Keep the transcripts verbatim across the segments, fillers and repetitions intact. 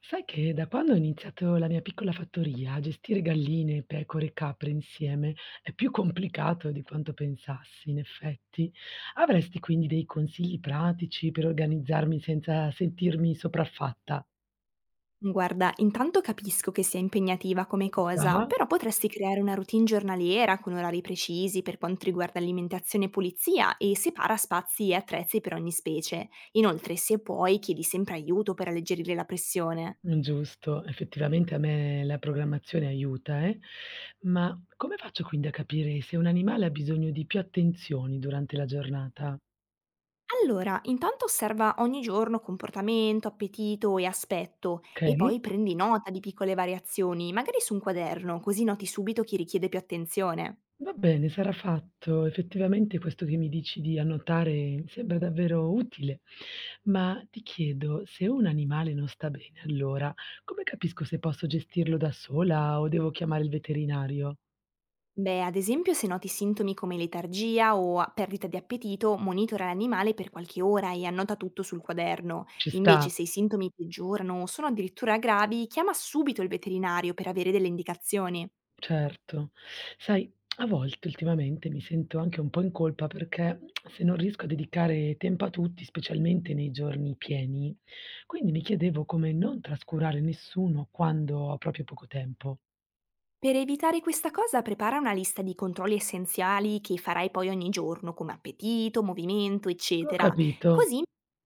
Sai che da quando ho iniziato la mia piccola fattoria, a gestire galline, pecore e capre insieme è più complicato di quanto pensassi, in effetti. Avresti quindi dei consigli pratici per organizzarmi senza sentirmi sopraffatta? Guarda, intanto capisco che sia impegnativa come cosa, Già, però potresti creare una routine giornaliera con orari precisi per quanto riguarda alimentazione e pulizia e separa spazi e attrezzi per ogni specie. Inoltre, se puoi, chiedi sempre aiuto per alleggerire la pressione. giusto, effettivamente a me la programmazione aiuta, eh? Ma come faccio quindi a capire se un animale ha bisogno di più attenzioni durante la giornata? Allora, intanto osserva ogni giorno comportamento, appetito e aspetto Ok? e poi prendi nota di piccole variazioni, magari su un quaderno, così noti subito chi richiede più attenzione. Va bene, sarà fatto. Effettivamente questo che mi dici di annotare mi sembra davvero utile, ma ti chiedo, se un animale non sta bene, allora come capisco se posso gestirlo da sola o devo chiamare il veterinario? Beh, ad esempio, se noti sintomi come letargia o a- perdita di appetito, monitora l'animale per qualche ora e annota tutto sul quaderno. Ci Invece, sta, se i sintomi peggiorano o sono addirittura gravi, chiama subito il veterinario per avere delle indicazioni. certo. Sai, a volte ultimamente mi sento anche un po' in colpa perché se non riesco a dedicare tempo a tutti, specialmente nei giorni pieni, quindi mi chiedevo come non trascurare nessuno quando ho proprio poco tempo. Per evitare questa cosa, prepara una lista di controlli essenziali che farai poi ogni giorno, come appetito, movimento, Ho eccetera. capito. Così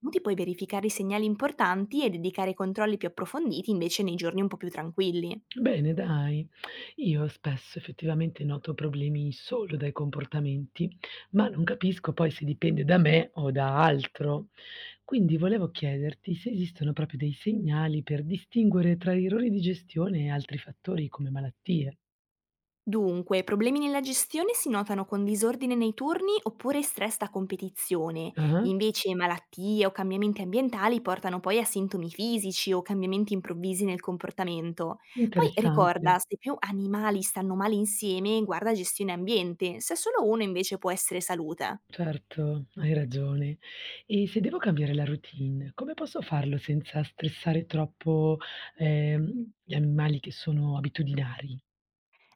ti puoi verificare i segnali importanti e dedicare controlli più approfonditi invece nei giorni un po' più tranquilli. Bene, dai. Io spesso effettivamente noto problemi solo dai comportamenti, ma non capisco poi se dipende da me o da altro. Quindi volevo chiederti se esistono proprio dei segnali per distinguere tra errori di gestione e altri fattori come malattie. Dunque, problemi nella gestione si notano con disordine nei turni oppure stress da competizione. Ah, Invece malattie o cambiamenti ambientali portano poi a sintomi fisici o cambiamenti improvvisi nel comportamento. Poi interessante. ricorda, se più animali stanno male insieme, guarda gestione ambiente, se solo uno invece può essere salute. Certo, hai ragione. E se devo cambiare la routine, come posso farlo senza stressare troppo, ehm, gli animali che sono abitudinari?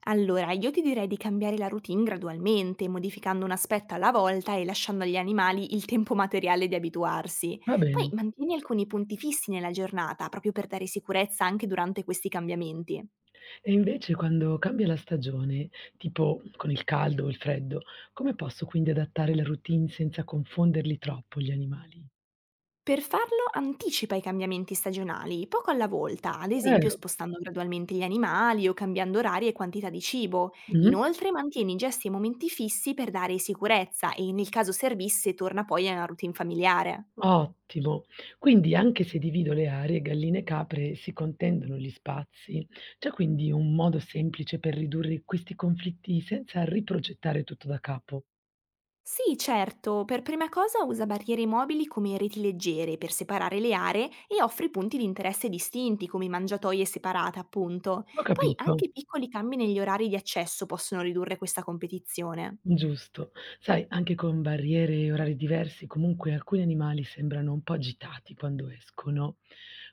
Allora, io ti direi di cambiare la routine gradualmente, modificando un aspetto alla volta e lasciando agli animali il tempo materiale di abituarsi. Va Poi bene. mantieni alcuni punti fissi nella giornata, proprio per dare sicurezza anche durante questi cambiamenti. E invece quando cambia la stagione, tipo con il caldo o il freddo, come posso quindi adattare la routine senza confonderli troppo gli animali? Per farlo, anticipa i cambiamenti stagionali, poco alla volta, ad esempio Vero? spostando gradualmente gli animali o cambiando orari e quantità di cibo. Mh-mh. Inoltre, mantieni gesti e momenti fissi per dare sicurezza e, nel caso servisse, torna poi a una routine familiare. Ottimo. Quindi anche se divido le aree, galline e capre si contendono gli spazi. C'è quindi un modo semplice per ridurre questi conflitti senza riprogettare tutto da capo. Sì, certo, per prima cosa usa barriere mobili come reti leggere per separare le aree e offri punti di interesse distinti come mangiatoie separate, appunto. Ho Poi capito. anche piccoli cambi negli orari di accesso possono ridurre questa competizione. Giusto. Sai, anche con barriere e orari diversi, comunque alcuni animali sembrano un po' agitati quando escono.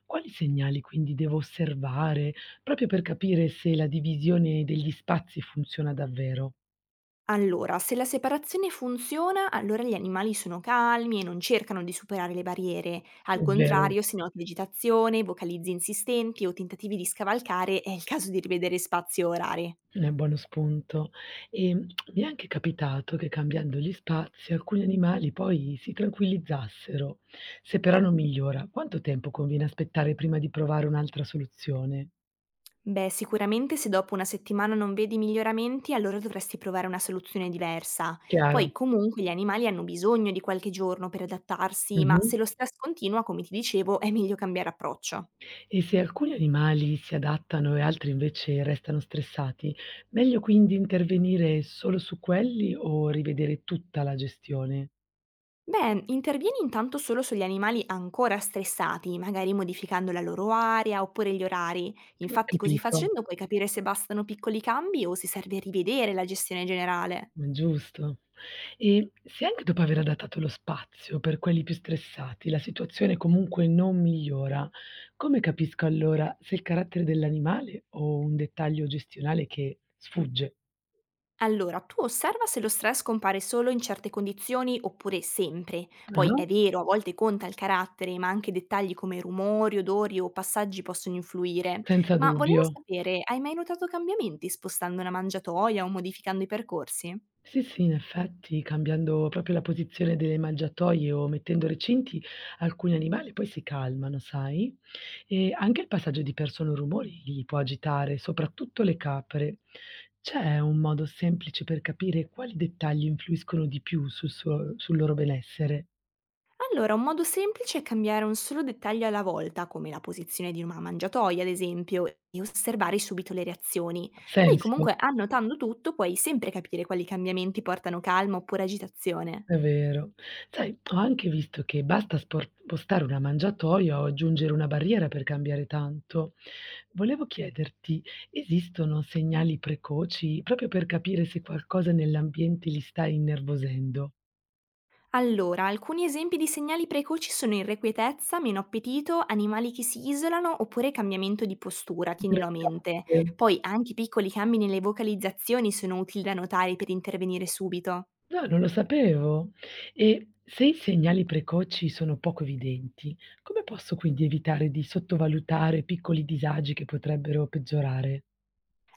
Quali segnali quindi devo osservare proprio per capire se la divisione degli spazi funziona davvero? Allora, se la separazione funziona, allora gli animali sono calmi e non cercano di superare le barriere. Al È vero, contrario, se noti vegetazione, vocalizzi insistenti o tentativi di scavalcare, è il caso di rivedere spazi e orari. è buono spunto. E mm, mi è anche capitato che cambiando gli spazi alcuni animali poi si tranquillizzassero. Se però non migliora, quanto tempo conviene aspettare prima di provare un'altra soluzione? Beh, sicuramente se dopo una settimana non vedi miglioramenti, allora dovresti provare una soluzione diversa. Chiaro. Poi comunque gli animali hanno bisogno di qualche giorno per adattarsi, ma se Mhm. lo stress continua, come ti dicevo, è meglio cambiare approccio. E se alcuni animali si adattano e altri invece restano stressati, meglio quindi intervenire solo su quelli o rivedere tutta la gestione? Beh, intervieni intanto solo sugli animali ancora stressati, magari modificando la loro area oppure gli orari. Ho Infatti così capito, facendo puoi capire se bastano piccoli cambi o se serve rivedere la gestione generale. ma giusto. E se anche dopo aver adattato lo spazio per quelli più stressati, la situazione comunque non migliora, come capisco allora se il carattere dell'animale o un dettaglio gestionale che sfugge? Allora, tu osserva se lo stress compare solo in certe condizioni oppure sempre. Poi Ah, è vero, a volte conta il carattere, ma anche dettagli come rumori, odori o passaggi possono influire. senza Ma volevo dubbio. sapere, hai mai notato cambiamenti spostando la mangiatoia o modificando i percorsi? Sì, sì, in effetti cambiando proprio la posizione delle mangiatoie o mettendo recinti, alcuni animali poi si calmano, sai? E anche il passaggio di persone o rumori li può agitare, soprattutto le capre. C'è un modo semplice per capire quali dettagli influiscono di più sul suo- sul loro benessere? Allora, un modo semplice è cambiare un solo dettaglio alla volta, come la posizione di una mangiatoia, ad esempio, e osservare subito le reazioni. Ha Poi senso? comunque, annotando tutto, puoi sempre capire quali cambiamenti portano calma oppure agitazione. È vero. Sai, ho anche visto che basta spor spostare una mangiatoia o aggiungere una barriera per cambiare tanto. Volevo chiederti, esistono segnali precoci proprio per capire se qualcosa nell'ambiente li sta innervosendo? Allora, alcuni esempi di segnali precoci sono irrequietezza, meno appetito, animali che si isolano oppure cambiamento di postura, tienilo a Interessante. mente. Poi anche piccoli cambi nelle vocalizzazioni sono utili da notare per intervenire subito. No, non lo sapevo. E se i segnali precoci sono poco evidenti, come posso quindi evitare di sottovalutare piccoli disagi che potrebbero peggiorare?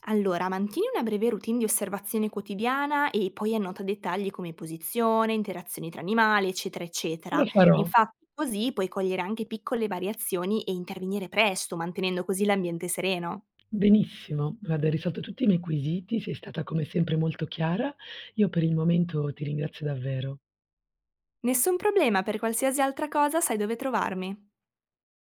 Allora, mantieni una breve routine di osservazione quotidiana e poi annota dettagli come posizione, interazioni tra animali, eccetera, Lo eccetera. farò. Infatti, così puoi cogliere anche piccole variazioni e intervenire presto, mantenendo così l'ambiente sereno. Benissimo, guarda, hai risolto tutti i miei quesiti, sei stata come sempre molto chiara. Io per il momento ti ringrazio davvero. Nessun problema, per qualsiasi altra cosa sai dove trovarmi.